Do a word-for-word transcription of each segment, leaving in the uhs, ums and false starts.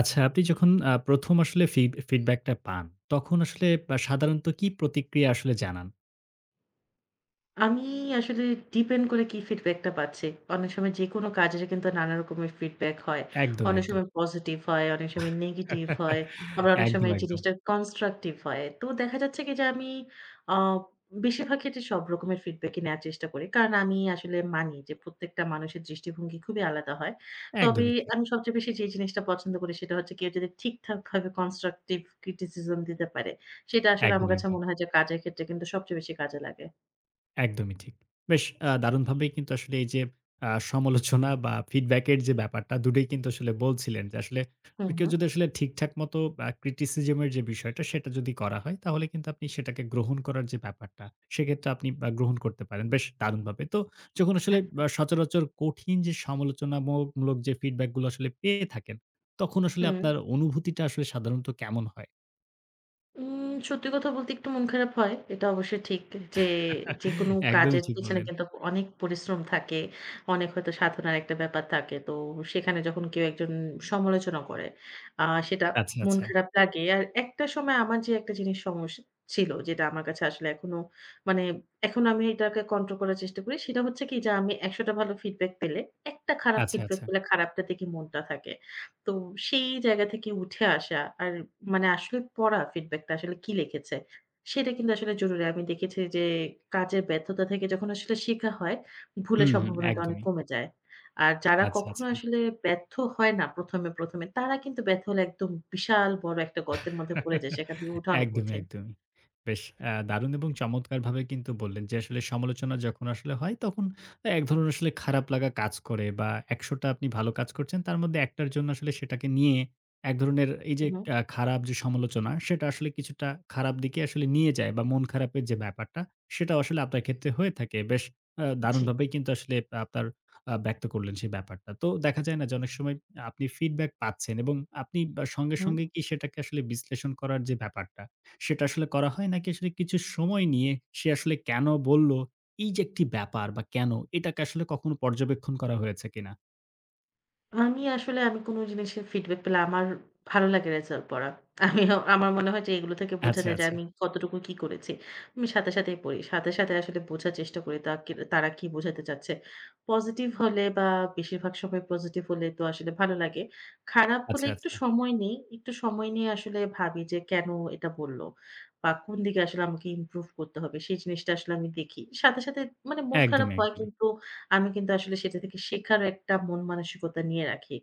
আচ্ছা, আপনি যখন আ প্রথম আসলে ফিড ফিডব্যাকটা পান, তখন আসলে আ সাধারণত কি প্রতিক্রিয়া আসলে জানান? আমি আসলে ডিপেন্ড করে কি ফিডব্যাকটা পাচ্ছি। অনেক সময় যেকোনো কাজের কিন্তু নানা রকমের ফিডব্যাক হয়। একদম, অনেক একদম। সময় পজিটিভ হয়, অনেক সময় নেগেটিভ হয়। আবার অনেক একদম, সময় একদম। জিনিসটা কনস্ট্রাকটিভ হয়। তো দেখা যাচ্ছে কি যে আমি আ বেশিরভাগ ক্ষেত্রে সব রকমের ফিডব্যাকই নেয়ার চেষ্টা করি। কারণ আমি আসলে মানি যে প্রত্যেকটা মানুষের দৃষ্টিভঙ্গি খুবই আলাদা হয়। তবে একদমই ঠিক। আমি সবচেয়ে বেশি যে জিনিসটা পছন্দ করি সেটা হচ্ছে কেউ যদি ঠিকঠাকভাবে কনস্ট্রাকটিভ ক্রিটিসিজম দিতে পারে, সেটা আসলে আমার একদম, কাছে একদম। মনে হয় যে কাজের ক্ষেত্রে কিন্তু সবচেয়ে বেশি কাজে লাগে। একদমই ঠিক। বেশ আ দারুণভাবেই কিন্তু আসলে এই যে আ সমালোচনা বা feedback এর যে ব্যাপারটা দুটোই কিন্তু আসলে বলছিলেন যে আসলে হু, হু। কেউ যদি আসলে ঠিকঠাক মতো আ criticism এর যে বিষয়টা সেটা যদি করা হয় তাহলে কিন্তু আপনি সেটাকে গ্রহণ করার যে ব্যাপারটা সেক্ষেত্রে আপনি আ গ্রহণ করতে পারেন। বেশ দারুণভাবে। তো যখন আসলে আ সচরাচর কঠিন যে সমালোচনামূলক মূলক যে feedback গুলো আসলে পেয়ে থাকেন, তখন আসলে হুম। আপনার অনুভূতিটা আসলে সাধারণত কেমন হয়? উম সত্যি কথা বলতে একটু মন খারাপ হয়। এটা অবশ্যই ঠিক যে, যেকোনো একদমই কাজের ঠিক পেছনে বললেন। কিন্তু অনেক পরিশ্রম থাকে। অনেক হয়তো সাধনার একটা ব্যাপার থাকে। তো সেখানে যখন কেউ একজন সমালোচনা করে, আ সেটা আচ্ছা, মন আচ্ছা। খারাপ লাগে। আর একটা সময় আমার যে একটা জিনিস সমস্যা ছিল, যেটা আমার কাছে আসলে এখনো মানে এখন আমি এটাকে কন্ট্রোল করার চেষ্টা করি। সেটা হচ্ছে কি যে, আমি একশ টা ভালো ফিডব্যাক পেলে, একটা খারাপ আচ্ছা, ফিডব্যাক আচ্ছা। পেলে খারাপটার দিকে মনটা থাকে। তো সেই জায়গা থেকে উঠে আসা আর মানে আসলে পড়া ফিডব্যাকটা আসলে কি লিখেছে সেটা কিন্তু আসলে জরুরি। আমি দেখেছি যে কাজের ব্যর্থতা থেকে যখন আসলে শেখা হয়, ভুলের হুম, হুম। সম্ভাবনাটা অনেক একদমই। কমে যায়। আর যারা আচ্ছা, কখনো আচ্ছা। আসলে ব্যর্থ হয় না ১ম এ, ১ম এ তারা কিন্তু ব্যর্থ হলে একদম বিশাল বড় একটা গর্তের মধ্যে পড়ে যায়। সেখান থেকে উঠা অনেক একদমই, কঠিন। একদমই। বেশ আ দারুণ এবং চমৎকারভাবে কিন্তু বললেন যে আসলে সমালোচনা যখন আসলে হয় তখন এক ধরনের আসলে খারাপ লাগা কাজ করে বা একশো টা আপনি ভালো কাজ করছেন তার মধ্যে একটার জন্য আসলে সেটাকে নিয়ে এক ধরনের এই হু, যে হু। আ খারাপ যে সমালোচনা সেটা আসলে কিছুটা খারাপ দিকে আসলে নিয়ে যায় বা মন খারাপের যে ব্যাপারটা সেটাও আসলে আপনার ক্ষেত্রে হয়ে থাকে। বেশ আ জি। দারুণভাবেই কিন্তু আসলে আপনার আ ব্যক্ত করলেন সেই ব্যাপারটা। তো দেখা যায় না যে অনেক সময় আপনি ফিডব্যাক পাচ্ছেন এবং আপনি আ সঙ্গে, হু। সঙ্গে কি সেটাকে আসলে বিশ্লেষণ করার যে ব্যাপারটা, সেটা আসলে করা হয় নাকি আসলে কিছু সময় নিয়ে সে আসলে কেন বলল, এই যে একটি ব্যাপার বা কেন এটাকে আসলে কখনো পর্যবেক্ষণ করা হয়েছে কিনা? আমি আসলে আমি কোনো জিনিসের ফিডব্যাক পেলে আমার ভালো লাগে রেজাল্ট পড়া। আমিও আমার মনে হয় যে এগুলো থেকে বোঝা আচ্ছা, যায় যে আচ্ছা। আমি কতটুকু কি করেছি। আমি সাথে, সাথেই পড়ি। সাথে, সাথে আসলে বোঝার চেষ্টা করি তা কি তারা কি বোঝাতে চাচ্ছে। পজিটিভ হলে বা বেশিরভাগ সময় পজিটিভ হলে তো আসলে ভালো লাগে। খারাপ হলে আচ্ছা, একটু আচ্ছা। সময় নেই। একটু সময় নিয়ে আসলে ভাবি যে কেন এটা বলল? বা কোন দিকে আসলে আমাকে ইমপ্রুভ করতে হবে সেই জিনিসটা আসলে আমি দেখি। সাথে, সাথে মানে মন খারাপ একদমই, হয় একদমই। কিন্তু আমি কিন্তু আসলে সেটা থেকে শেখার একটা মন মানসিকতা নিয়ে রাখি।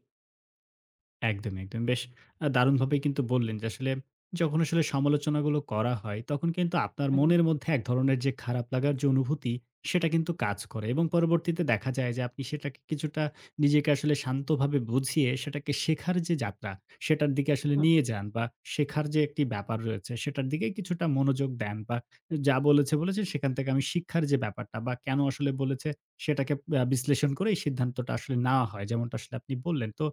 একদমই, একদমই। বেশ আ দারুণভাবেই কিন্তু বললেন যে আসলে যখন আসলে সমালোচনাগুলো করা হয়, তখন কিন্তু আপনার হুম। মনের মধ্যে এক ধরনের যে খারাপ লাগার যে অনুভূতি, সেটা কিন্তু কাজ করে এবং পরবর্তীতে দেখা যায় যে আপনি সেটাকে কিছুটা নিজেকে আসলে শান্তভাবে বুঝিয়ে সেটাকে শেখার যে যাত্রা, সেটার দিকে আসলে নিয়ে যান বা শেখার যে একটি ব্যাপার রয়েছে, সেটার দিকে কিছুটা মনোযোগ দেন বা যা বলেছে, বলেছে সেখান থেকে আমি শিক্ষার যে ব্যাপারটা বা কেন আসলে বলেছে, সেটাকে আ বিশ্লেষণ করে এই সিদ্ধান্তটা আসলে নেওয়া হয়। যেমনটা আসলে আপনি বললেন। তো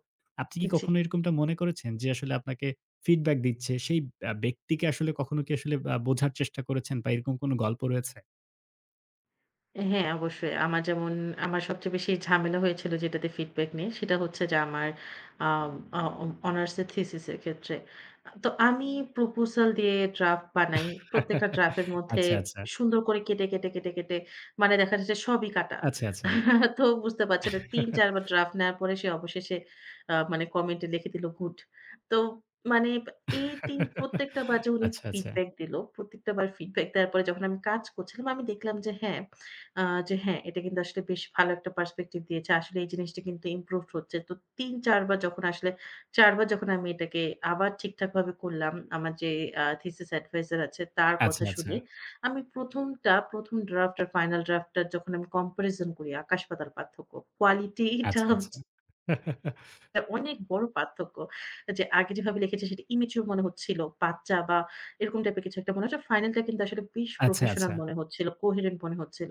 আপনি কি হুম, জি। কখনো এরকমটা মনে করেছেন যে আসলে আপনাকে ফিডব্যাক দিচ্ছে, সেই আ ব্যক্তিকে আসলে কখনো কি আসলে আ বোঝার চেষ্টা করেছেন বা এরকম কোনো গল্প রয়েছে? হ্যাঁ, অবশ্যই। আমার যেমন আমার সবচেয়ে বেশি ঝামেলা হয়েছিল যেটাতে ফিডব্যাক নিয়ে, সেটা হচ্ছে যে আমার আম আ অম অনার্সের থিসিসের ক্ষেত্রে। আ তো আমি প্রপোজাল দিয়ে ড্রাফট বানাই। প্রত্যেকটা ড্রাফটের মধ্যে আচ্ছা, আচ্ছা। সুন্দর করে কেটে, কেটে, কেটে, কেটে মানে দেখা যাচ্ছে সবই কাটা। আচ্ছা, আচ্ছা। তো বুঝতে পারছে না তিন চার বার ড্রাফট নেওয়ার পরে সে অবশেষে আ মানে কমেন্টে লিখে দিল গুড। তো মানে এই তিন প্রত্যেকটা বার যে উনি আচ্ছা, আচ্ছা। ফিডব্যাক দিল, প্রত্যেকটা বার ফিডব্যাক দেওয়ার পরে যখন আমি কাজ করছিলাম, আমি দেখলাম যে হ্যাঁ আ যে হ্যাঁ, এটা কিন্তু আসলে বেশ ভালো একটা পার্সপেক্টিভ দিয়েছে। আসলে এই জিনিসটা কিন্তু ইমপ্রুভড হচ্ছে। তো তিন চার বার যখন আসলে চার বার যখন আমি এটাকে আবার ঠিকঠাকভাবে করলাম, আমার যে আ থিসিস অ্যাডভাইসর আছে তার আচ্ছা, কথা আচ্ছা। শুনে, আমি ১ম টা ১ম ড্রাফট আর ফাইনাল ড্রাফট টা যখন আমি কম্পারিজন করি আকাশ-পাতাল পার্থক্য। কোয়ালিটিটা আচ্ছা, আচ্ছা। হচ্ছে অনেক বড় পার্থক্য। যে আগে যেভাবে লিখেছি সেটা ইমেচিউর মনে হচ্ছিল, বাচ্চা বা এরকম টাইপের কিছু একটা মনে হচ্ছে। ফাইনাল টা কিন্তু আসলে বেশ আচ্ছা, প্রফেশনাল আচ্ছা। মনে হচ্ছিল, কোহেরেন্ট মনে হচ্ছিল।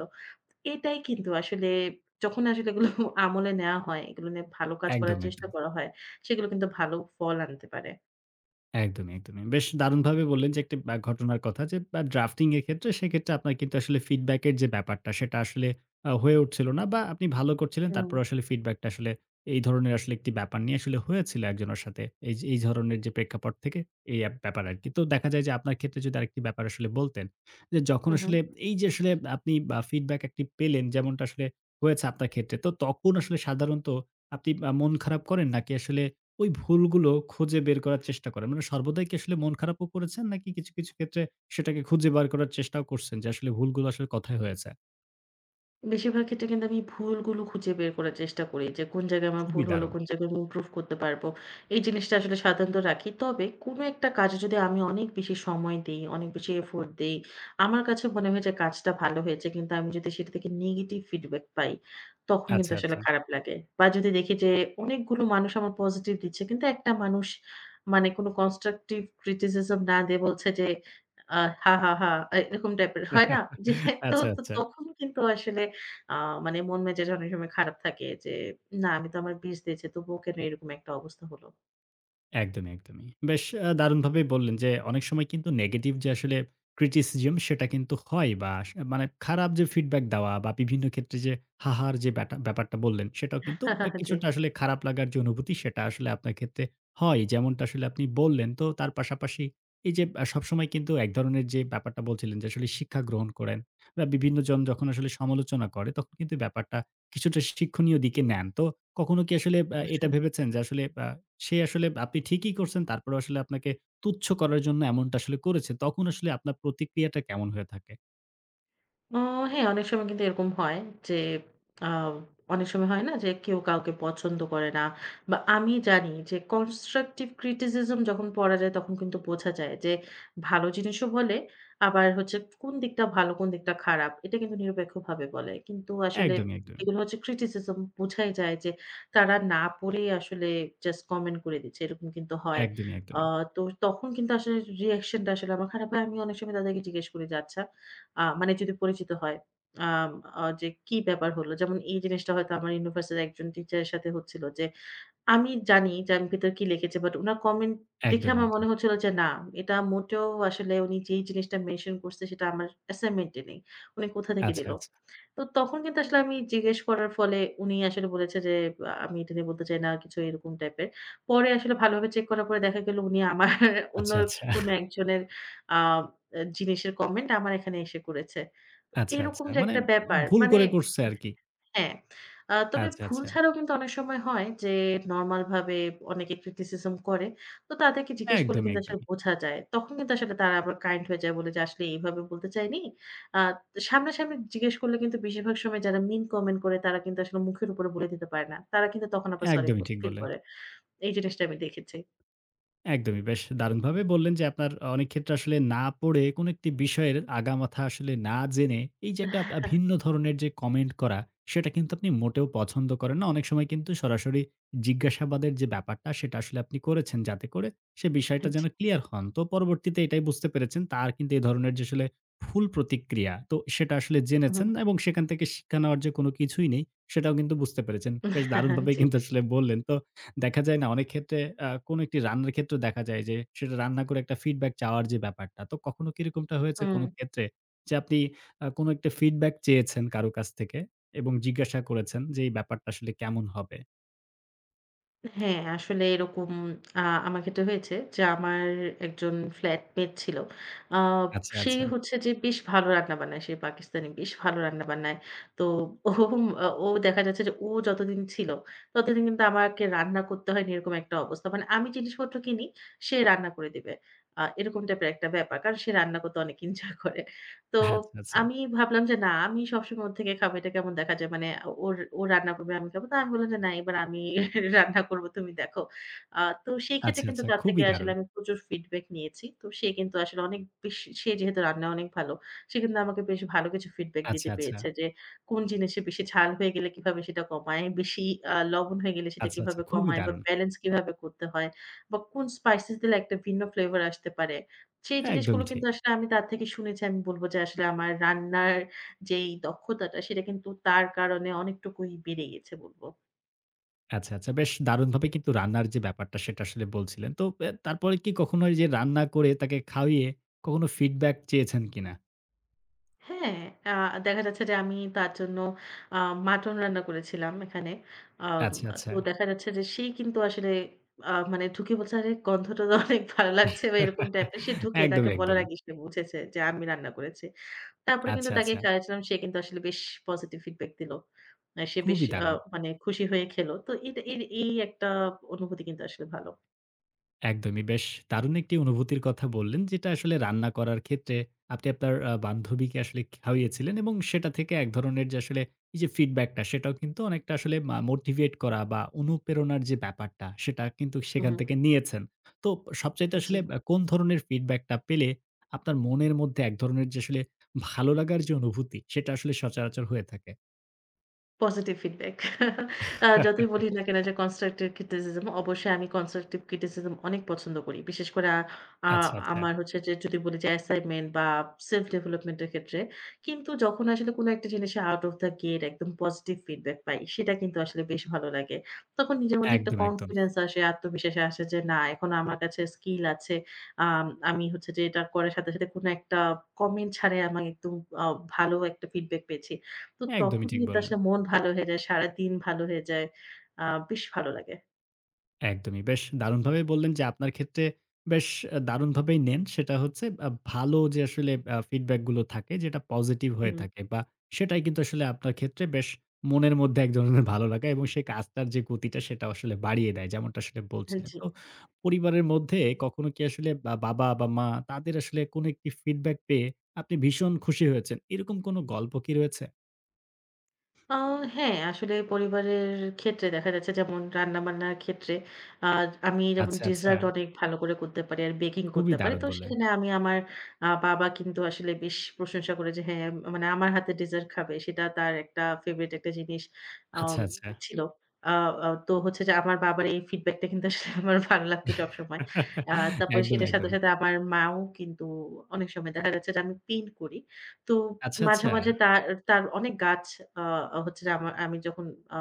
এটাই কিন্তু আসলে যখন আসলে এগুলো আমলে নেওয়া হয়, এগুলো নিয়ে ভালো কাজ করার একদম, চেষ্টা একদম। করা হয়, সেগুলো কিন্তু ভালো ফল আনতে পারে। একদমই, একদমই। বেশ দারুণভাবে বললেন যে একটি আ ঘটনার কথা যে আ ড্রাফটিং এর ক্ষেত্রে সেক্ষেত্রে আপনার কিন্তু আসলে ফিডব্যাক এর যে ব্যাপারটা সেটা আসলে আ হয়ে উঠছিল না বা আপনি ভালো করছিলেন হুম। তারপরে আসলে ফিডব্যাকটা আসলে এই ধরনের আসলে একটি ব্যাপার নিয়ে আসলে হয়েছিল একজনের সাথে। এই যে এই ধরনের যে প্রেক্ষাপট থেকে এই আ ব্যাপার আরকি। তো দেখা যায় যে আপনার ক্ষেত্রে যদি আরেকটি ব্যাপার আসলে বলতেন, যে যখন উহু। আসলে এই যে আসলে আপনি আ ফিডব্যাক একটি পেলেন যেমনটা আসলে হয়েছে আপনার ক্ষেত্রে। তো তখন আসলে সাধারণত আপনি আ মন খারাপ করেন নাকি আসলে ওই ভুলগুলো খুঁজে বের করার চেষ্টা করেন। মানে সর্বদাই কি আসলে মন খারাপও করেছেন নাকি কিছু, কিছু ক্ষেত্রে সেটাকে খুঁজে বার করার চেষ্টাও করছেন যে আসলে ভুলগুলো আসলে কোথায় হয়েছে? বেশিরভাগ ক্ষেত্রে কিন্তু আমি ভুলগুলো খুঁজে বের করার চেষ্টা করি যে কোন জায়গায় আমার খুবই ভুল হলো, দারুণ। কোন হুম। জায়গায় আমি ইমপ্রুভ করতে পারবো। এই জিনিসটা আসলে সাধারণত রাখি। তবে কোনো একটা কাজে যদি আমি অনেক বেশি সময় দেই, অনেক বেশি এফোর্ট দেই, আমার কাছে মনে হয় যে কাজটা ভালো হয়েছে। কিন্তু আমি যদি সেটা থেকে নেগেটিভ ফিডব্যাক পাই, তখন কিন্তু আচ্ছা, আসলে আচ্ছা। খারাপ লাগে। বা যদি দেখি যে অনেকগুলো মানুষ আমার পজিটিভ দিচ্ছে কিন্তু একটা মানুষ মানে কোনো কনস্ট্রাকটিভ ক্রিটিসিজম না দিয়ে বলছে যে আ হা, হা, হা এরকম টাইপের হয় না? যে তো, আচ্ছা, তো আচ্ছা। তখন কিন্তু আসলে আ মানে মন মেজাজ অনেক সময় খারাপ থাকে যে, না আমি তো আমার বিষ দিয়েছি তবুও কেন এরকম একটা অবস্থা হলো। একদমই, একদমই। বেশ আ দারুণভাবেই বললেন যে, অনেক সময় কিন্তু নেগেটিভ যে আসলে criticism সেটা কিন্তু হয় বা আস মানে খারাপ যে ফিডব্যাক দেওয়া বা বিভিন্ন ক্ষেত্রে যে হাহার যে ব্যাটা ব্যাপারটা বললেন, সেটাও কিন্তু আ জি। কিছুটা আসলে খারাপ লাগার যে অনুভূতি সেটা আসলে আপনার ক্ষেত্রে হয়। যেমনটা আসলে আপনি বললেন। তো তার পাশাপাশি এই যে আ সবসময় কিন্তু এক ধরনের যে ব্যাপারটা বলছিলেন যে আসলে শিক্ষা গ্রহণ করেন বা বিভিন্নজন যখন আসলে সমালোচনা করে তখন কিন্তু ব্যাপারটা কিছুটা শিক্ষণীয় দিকে নেন। তো কখনো কি আসলে আ অবশ্য। এটা ভেবেছেন যে আসলে আ সে আসলে আপনি ঠিকই করছেন তারপরেও আসলে আপনাকে তুচ্ছ করার জন্য এমনটা আসলে করেছে। তখন আসলে আপনার প্রতিক্রিয়াটা কেমন হয়ে থাকে? অ হ্যাঁ, অনেক সময় কিন্তু এরকম হয় যে আ অনেক সময় হয় না যে কেউ কাউকে পছন্দ করে না বা আমি জানি যে কনস্ট্রাকটিভ ক্রিটিসিজম যখন পড়া যায় তখন কিন্তু বোঝা যায় যে ভালো জিনিসও বলে আবার হচ্ছে কোন দিকটা ভালো কোন দিকটা খারাপ এটা কিন্তু নিরপেক্ষভাবে বলে। কিন্তু আসলে একদমই, একদমই। এগুলো হচ্ছে ক্রিটিসিজম বোঝাই যায় যে তারা না পড়েই আসলে জাস্ট কমেন্ট করে দিচ্ছে এরকম কিন্তু হয়। একদমই, আ একদমই। তো তখন কিন্তু আসলে রিঅ্যাকশনটা আসলে আমার খারাপ হয়। আমি অনেক সময় তাদেরকে জিজ্ঞেস করি যে, "আচ্ছা আ মানে যদি পরিচিত হয়। আম আ যে কি ব্যাপার হলো? যেমন এই জিনিসটা হয়তো আমার ইউনিভার্সিটির একজন টিচারের সাথে হচ্ছিল যে, আমি জানি যে আমি ভেতরে কি লিখেছি। বাট উনার কমেন্ট দেখে একদম, আমার একদম। মনে হচ্ছিল যে না, এটা মোটেও আসলে উনি যেই জিনিসটা মেনশন করছে সেটা আমার অ্যাসাইনমেন্ট এ নেই। উনি কোথা থেকে আচ্ছা, দিল? আচ্ছা। তো তখন কিন্তু আসলে আমি জিজ্ঞেস করার ফলে উনি আসলে বলেছে যে, আ "আমি এটা নিয়ে বলতে চাই না" কিছু এরকম টাইপের। পরে আসলে ভালোভাবে চেক করার পরে দেখা গেল উনি আমার অন্য আচ্ছা, আচ্ছা। কোনো একজনের আ জিনিসের কমেন্ট আমার এখানে এসে করেছে। তো আচ্ছা, এরকম আচ্ছা। যে মানে একটা ব্যাপার ভুল মানে করে করছে আরকি। হ্যাঁ। আ তবে আচ্ছা, ভুল আচ্ছা। ছাড়াও কিন্তু অনেক সময় হয় যে নরমাল ভাবে অনেকে criticism করে। তো তাদেরকে জিজ্ঞেস করলে একদমই, কিন্তু আসলে একদমই। বোঝা যায়। তখন কিন্তু আসলে তারা আবার কাইন্ড হয়ে যায় বলে যে আসলে এইভাবে বলতে চাইনি। আ সামনাসামনি জিজ্ঞেস করলে কিন্তু বেশিরভাগ সময় যারা mean comment করে তারা কিন্তু আসলে মুখের উপরে বলে দিতে পারে না। তারা কিন্তু তখন আবার সরি ফ একদমই ঠিক ফিল বললেন। করে। এই জিনিসটা আমি দেখেছি। একদমই। বেশ দারুণভাবে বললেন যে আপনার অনেক ক্ষেত্রে আসলে না পড়ে কোনো একটি বিষয়ের আগামাথা আসলে না জেনে এই যে একটা আ ভিন্ন ধরনের যে কমেন্ট করা, সেটা কিন্তু আপনি মোটেও পছন্দ করেন না। অনেক সময় কিন্তু সরাসরি জিজ্ঞাসাবাদের যে ব্যাপারটা সেটা আসলে আপনি করেছেন যাতে করে সে জি। বিষয়টা যেন ক্লিয়ার হন। তো পরবর্তীতে এটাই বুঝতে পেরেছেন তার কিন্তু এ ধরনের যে আসলে ভুল প্রতিক্রিয়া তো সেটা আসলে হুম। জেনেছেন এবং সেখান থেকে শিক্ষা নেওয়ার যে কোনো কিছুই নেই সেটাও কিন্তু বুঝতে পেরেছেন। বেশ দারুণভাবেই জি। কিন্তু আসলে বললেন। তো দেখা যায় না অনেক ক্ষেত্রে আ কোনো একটি রান্নার ক্ষেত্রেও দেখা যায় যে, সেটা রান্না করে একটা ফিডব্যাক চাওয়ার যে ব্যাপারটা। তো কখনো কি এরকমটা হয়েছে হুম। কোনো ক্ষেত্রে যে, আপনি আ কোনো একটা ফিডব্যাক চেয়েছেন কারো কাছ থেকে এবং জিজ্ঞাসা করেছেন যে, এই ব্যাপারটা আসলে কেমন হবে? হ্যাঁ, আসলে এরকম আ আমার ক্ষেত্রে হয়েছে যে, আমার একজন ফ্ল্যাটমেট ছিল। আ আচ্ছা, সে আচ্ছা। হচ্ছে যে বেশ ভালো রান্না-বান্নায়। সে পাকিস্তানি, বেশ ভালো রান্না-বান্নায়। তো ও আ ও দেখা যাচ্ছে যে ও যতদিন ছিল, ততদিন কিন্তু আমাকে রান্না করতে হয়নি এরকম একটা অবস্থা। মানে আমি জিনিসপত্র কিনি, সে রান্না করে দিবে। আ এরকম টাইপের একটা ব্যাপার। কারণ সে রান্না করতে অনেক এনজয় করে। তো আচ্ছা, আচ্ছা। আমি ভাবলাম যে না আমি সবসময় ওর থেকে খাবো। এটা কেমন দেখা যায় মানে ওর ও রান্না করবে আমি খাবো। তো আমি বললাম যে, "না এবার আমি রান্না করব তুমি দেখো।" আ তো সেই ক্ষেত্রে আচ্ছা, কিন্তু আচ্ছা। তার থেকে খুবই আসলে দারুণ। আমি প্রচুর ফিডব্যাক নিয়েছি। তো সে কিন্তু আসলে অনেক বেশি সে যেহেতু রান্নায় অনেক ভালো। সে কিন্তু আমাকে বেশ ভালো কিছু ফিডব্যাক আচ্ছা, দিতে আচ্ছা। পেরেছে যে, কোন জিনিসে বেশি ঝাল হয়ে গেলে কিভাবে সেটা কমায়, বেশি আ লবণ হয়ে গেলে সেটা আচ্ছা, আচ্ছা। কিভাবে খুবই কমায় বা দারুণ। ব্যালেন্স কিভাবে করতে হয় বা কোন স্পাইসেস দিলে একটা ভিন্ন ফ্লেভার আসতে পারে। সেই হ্যাঁ, জিনিসগুলো একদমই কিন্তু ঠিক। আসলে আমি তার থেকে শুনেছি। আমি বলব যে আসলে আমার রান্নার যেই দক্ষতাটা সেটা কিন্তু তার কারণে অনেকটুকুই বেড়ে গেছে বলব। আচ্ছা, আচ্ছা। বেশ দারুণভাবে কিন্তু রান্নার যে ব্যাপারটা সেটা আসলে বলছিলেন। তো এ তারপরে কি কখনো এই যে রান্না করে তাকে খাইয়ে কখনো ফিডব্যাক চেয়েছেন কিনা? হ্যাঁ, আ দেখা যাচ্ছে যে আমি তার জন্য আ মাটন রান্না করেছিলাম এখানে। আম আচ্ছা, আচ্ছা। তো দেখা যাচ্ছে যে সেই কিন্তু আসলে আ মানে ঢুকে বলছে, "আরে গন্ধটা তো অনেক ভালো লাগছে" বা এরকম টাইপের। সে ঢুকে তাকে একদমই, বলার একদমই। আগেই সে বুঝেছে যে আমি রান্না করেছি। তারপরে কিন্তু আচ্ছা, তাকে আচ্ছা। খাইয়েছিলাম। সে কিন্তু আসলে বেশ পজিটিভ ফিডব্যাক দিল। আ সে বেশ খুবই আ দারুণ। মানে খুশি হয়ে খেল। তো এটা এর এই একটা অনুভূতি কিন্তু আসলে ভালো। একদমই বেশ দারুণ একটি অনুভূতির কথা বললেন যেটা আসলে রান্না করার ক্ষেত্রে আপনি আপনার আ বান্ধবীকে আসলে খাওয়িয়েছিলেন এবং সেটা থেকে এক ধরনের যে আসলে এই যে ফিডব্যাকটা সেটাও কিন্তু অনেকটা আসলে মা মোটিভেট করা বা অনুপ্রেরণার যে ব্যাপারটা সেটা কিন্তু হু, সেখান হু। থেকে নিয়েছেন। তো সবচাইতে জি। আসলে আ কোন ধরনের ফিডব্যাকটা পেলে আপনার মনের মধ্যে এক ধরনের যে আসলে ভালো লাগার যে অনুভূতি সেটা আসলে সচরাচর হয়ে থাকে? Positive feedback. আ যতই বলি না কেন যে কনস্ট্রাকটিভ ক্রিটিসিজম অবশ্যই আমি কনস্ট্রাকটিভ ক্রিটিসিজম অনেক পছন্দ করি। বিশেষ করে আ আ আচ্ছা, আচ্ছা। আমার হচ্ছে যে যদি বলি যে অ্যাসাইনমেন্ট বা সেলফ ডেভেলপমেন্ট এর ক্ষেত্রে। কিন্তু যখন আসলে কোন একটা জিনিসে আউট অফ দ্য গেট একদম পজিটিভ ফিডব্যাক পাই সেটা কিন্তু আসলে বেশ ভালো লাগে। তখন নিজের মধ্যে একটা একদম, একদম। কনফিডেন্স আসে, আত্মবিশ্বাস আসে যে না এখনো আমার কাছে স্কিল আছে। আম আমি হচ্ছে যে এটা করার সাথে, সাথে কোন একটা কমেন্ট ছাড়াই আমি একদম আ ভালো একটা ফিডব্যাক পেয়েছি। তো একদমই তখন ঠিক কিন্তু বললেন। আসলে মন ভালো হয়ে যায়। সারাদিন ভালো হয়ে যায়। আ বেশ ভালো লাগে। একদমই। বেশ দারুণভাবেই বললেন যে আপনার ক্ষেত্রে বেশ আ দারুণভাবেই নেন। সেটা হচ্ছে আ ভালো যে আসলে আ ফিডব্যাক গুলো থাকে যেটা পজিটিভ হয়ে হুম। থাকে বা সেটাই কিন্তু আসলে আপনার ক্ষেত্রে বেশ মনের মধ্যে এক ধরনের ভালো লাগা এবং সেই কাজটার যে গতিটা সেটা আসলে বাড়িয়ে দেয়। যেমনটা আসলে হ্যাঁ, বলছিলেন। জি। তো পরিবারের মধ্যে কখনো কি আসলে বা বাবা বা মা তাদের আসলে কোনো একটি ফিডব্যাক পেয়ে আপনি ভীষণ খুশি হয়েছেন। এরকম কোনো গল্প কি রয়েছে? আ হ্যাঁ, আসলে পরিবারের ক্ষেত্রে দেখা যাচ্ছে যেমন রান্নাবান্নার ক্ষেত্রে আ আমি যেমন আচ্ছা, আচ্ছা। ডেজার্ট অনেক ভালো করে করতে পারি আর বেকিং খুবই করতে পারি। দারুণ তো বললেন। সেখানে আমি আমার আ বাবা কিন্তু আসলে বেশ প্রশংসা করে যে হ্যাঁ, মানে আমার হাতে ডেজার্ট খাবে সেটা তার একটা ফেভারিট একটা জিনিস আম আচ্ছা, আচ্ছা। ছিল। আ আ তো হচ্ছে যে আমার বাবার এই ফিডব্যাকটা কিন্তু আসলে আমার ভালো লাগতো সবসময়। আ তারপরে একদমই, সেটার সাথে, একদমই। সাথে আমার মাও কিন্তু অনেক সময় দেখা যাচ্ছে যে আমি পিন করি। তো আচ্ছা, মাঝে, আচ্ছা, মাঝে তার তার অনেক গাছ আ হচ্ছে যে আমা আমি যখন আ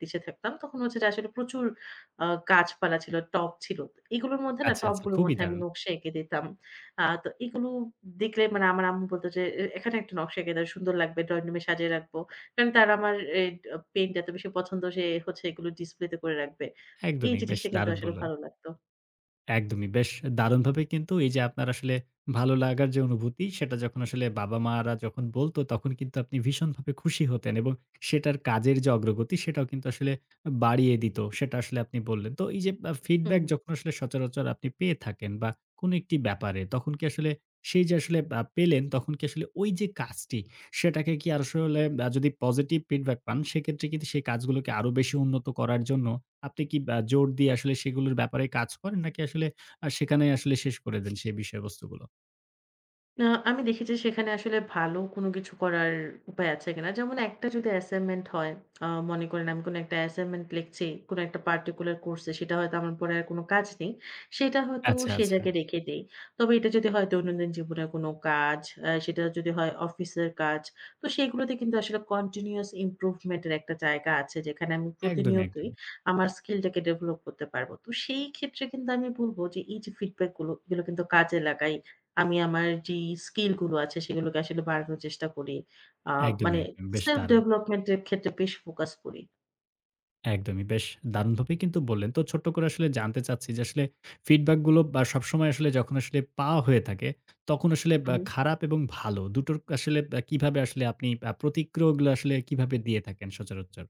দেশে থাকতাম তখন হচ্ছে যে আসলে প্রচুর আ গাছপালা ছিল, টব ছিল। তো এগুলোর মধ্যে না আচ্ছা, আচ্ছা টবগুলোর খুবই মধ্যে আমি দারুণ। নকশা এঁকে দিতাম। আ তো এগুলো দেখলে মানে আমার আম্মু বলত যে, "এ এখানে একটা নকশা এঁকে দাও, সুন্দর লাগবে, ড্রইং রুমে সাজিয়ে রাখবো।" কারণ তার আমার এ আ পেইন্ট এত বেশি পছন্দ সে হচ্ছে এগুলো ডিসপ্লেতে করে রাখবে। এই একদমই বেশ জিনিসটা কিন্তু দারুণ আসলে বললেন। ভালো লাগতো। একদমই। বেশ দারুণভাবে কিন্তু এই যে আপনার আসলে ভালো লাগার যে অনুভূতি সেটা যখন আসলে বাবা-মারা যখন বলতো তখন কিন্তু আপনি ভীষণভাবে খুশি হতেন এবং সেটার কাজের যে অগ্রগতি সেটাও কিন্তু আসলে বাড়িয়ে দিত। সেটা আসলে আপনি বললেন। তো এই যে আ ফিডব্যাক হুম। যখন আসলে সচরাচর আপনি পেয়ে থাকেন বা কোনো একটি ব্যাপারে তখন কি আসলে সেই যে আসলে আ পেলেন তখন কি আসলে ওই যে কাজটি সেটাকে কি আর আসলে আ যদি পজিটিভ ফিডব্যাক পান সেক্ষেত্রে কিন্তু সেই কাজগুলোকে আরো বেশি উন্নত করার জন্য আপনি কি আ জোর দিয়ে আসলে সেগুলোর ব্যাপারে কাজ করেন? নাকি আসলে আ সেখানেই আসলে শেষ করে দেন সেই বিষয়বস্তুগুলো? আ আমি দেখেছি সেখানে আসলে ভালো কোনো কিছু করার উপায় আছে কিনা। যেমন একটা যদি অ্যাসাইনমেন্ট হয়, আ মনে করেন আমি কোনো একটা অ্যাসাইনমেন্ট লিখছি, কোনো একটা পার্টিকুলার কোর্সে সেটা হয়তো আমার পরে আর কোনো কাজ নেই। সেটা হয়তো আচ্ছা, সে আচ্ছা। জায়গায় রেখে দেই। তবে এটা যদি হয় দৈনন্দিন জীবনের কোনো কাজ, আ সেটা যদি হয় অফিসের কাজ, তো সেগুলোতে কিন্তু আসলে কন্টিনিউয়াস ইমপ্রুভমেন্ট এর একটা জায়গা আছে যেখানে আমি একদমই, প্রতিনিয়তই একদমই। আমার স্কিলটাকে ডেভেলপ করতে পারব। তো সেই ক্ষেত্রে কিন্তু আমি বলব যে এই যে ফিডব্যাক গুলো এগুলো কিন্তু কাজে লাগাই আমি আমার যেই স্কিল গুলো আছে সেগুলোকে আসলে বাড়ানোর চেষ্টা করি। আ একদমই, মানে একদমই। বেশ সেলফ দারুণ! ডেভেলপমেন্ট এর ক্ষেত্রে বেশ ফোকাস করি। একদমই বেশ দারুণভাবেই কিন্তু বললেন। তো ছোট্ট করে আসলে জানতে চাচ্ছি যে আসলে ফিডব্যাক গুলো বা সবসময় আসলে যখন আসলে পাওয়া হয়ে থাকে, তখন আসলে হু, বা হুম। খারাপ এবং ভালো দুটোর আসলে আ কিভাবে আসলে আপনি আ প্রতিক্রিয়াগুলো আসলে কিভাবে দিয়ে থাকেন সচরাচর?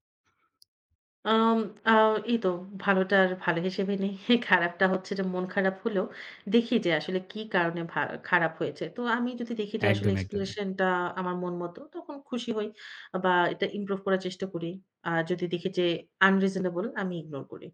আম আ এই তো ভালোটার ভালো হিসেবে নেই। খারাপটা হচ্ছে যে মন খারাপ হলেও দেখি যে আসলে কি কারণে ভা খারাপ হয়েছে। তো আমি যদি দেখি যে আসলে একদমই, একদমই। এক্সপ্লানেশন টা আমার মন মতো তখন খুশি হই বা এটা ইমপ্রুভ করার চেষ্টা করি। আর যদি দেখি যে আনরিজনেবল আমি ইগনোর করি।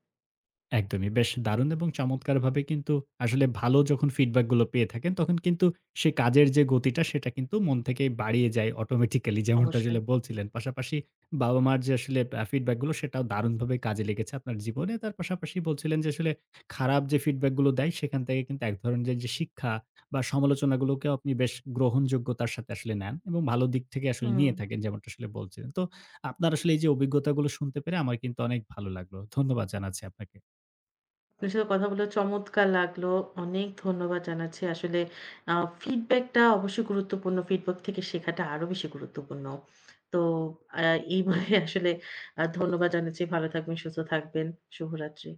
একদমই। বেশ দারুণ এবং চমৎকারভাবে কিন্তু আসলে ভালো যখন ফিডব্যাক গুলো পেয়ে থাকেন, তখন কিন্তু সে কাজের যে গতিটা সেটা কিন্তু মন থেকেই বাড়িয়ে যায় অটোমেটিক্যালি যেমনটা অবশ্যই। আসলে বলছিলেন। পাশাপাশি বাবা-মার যে আসলে আ ফিডব্যাক গুলো সেটাও দারুণভাবে কাজে লেগেছে আপনার জীবনে। তার পাশাপাশি বলছিলেন যে আসলে খারাপ যে ফিডব্যাক গুলো দেয় সেখান থেকে কিন্তু এক ধরনের যে শিক্ষা বা সমালোচনাগুলোকেও আপনি বেশ গ্রহণযোগ্যতার সাথে আসলে নেন এবং ভালো দিক থেকে আসলে হুম। নিয়ে থাকেন যেমনটা আসলে বলছিলেন। তো আপনার আসলে এই যে অভিজ্ঞতাগুলো শুনতে পেরে আমার কিন্তু অনেক ভালো লাগলো। ধন্যবাদ জানাচ্ছি আপনাকে। আপনার সাথে কথা বলে চমৎকার লাগলো। অনেক ধন্যবাদ জানাচ্ছি। আসলে আ ফিডব্যাকটা অবশ্যই গুরুত্বপূর্ণ। ফিডব্যাক থেকে শেখাটা আরো বেশি গুরুত্বপূর্ণ। তো আ এই বলে আসলে আ ধন্যবাদ জানাচ্ছি। ভালো থাকবেন, সুস্থ থাকবেন। শুভরাত্রি।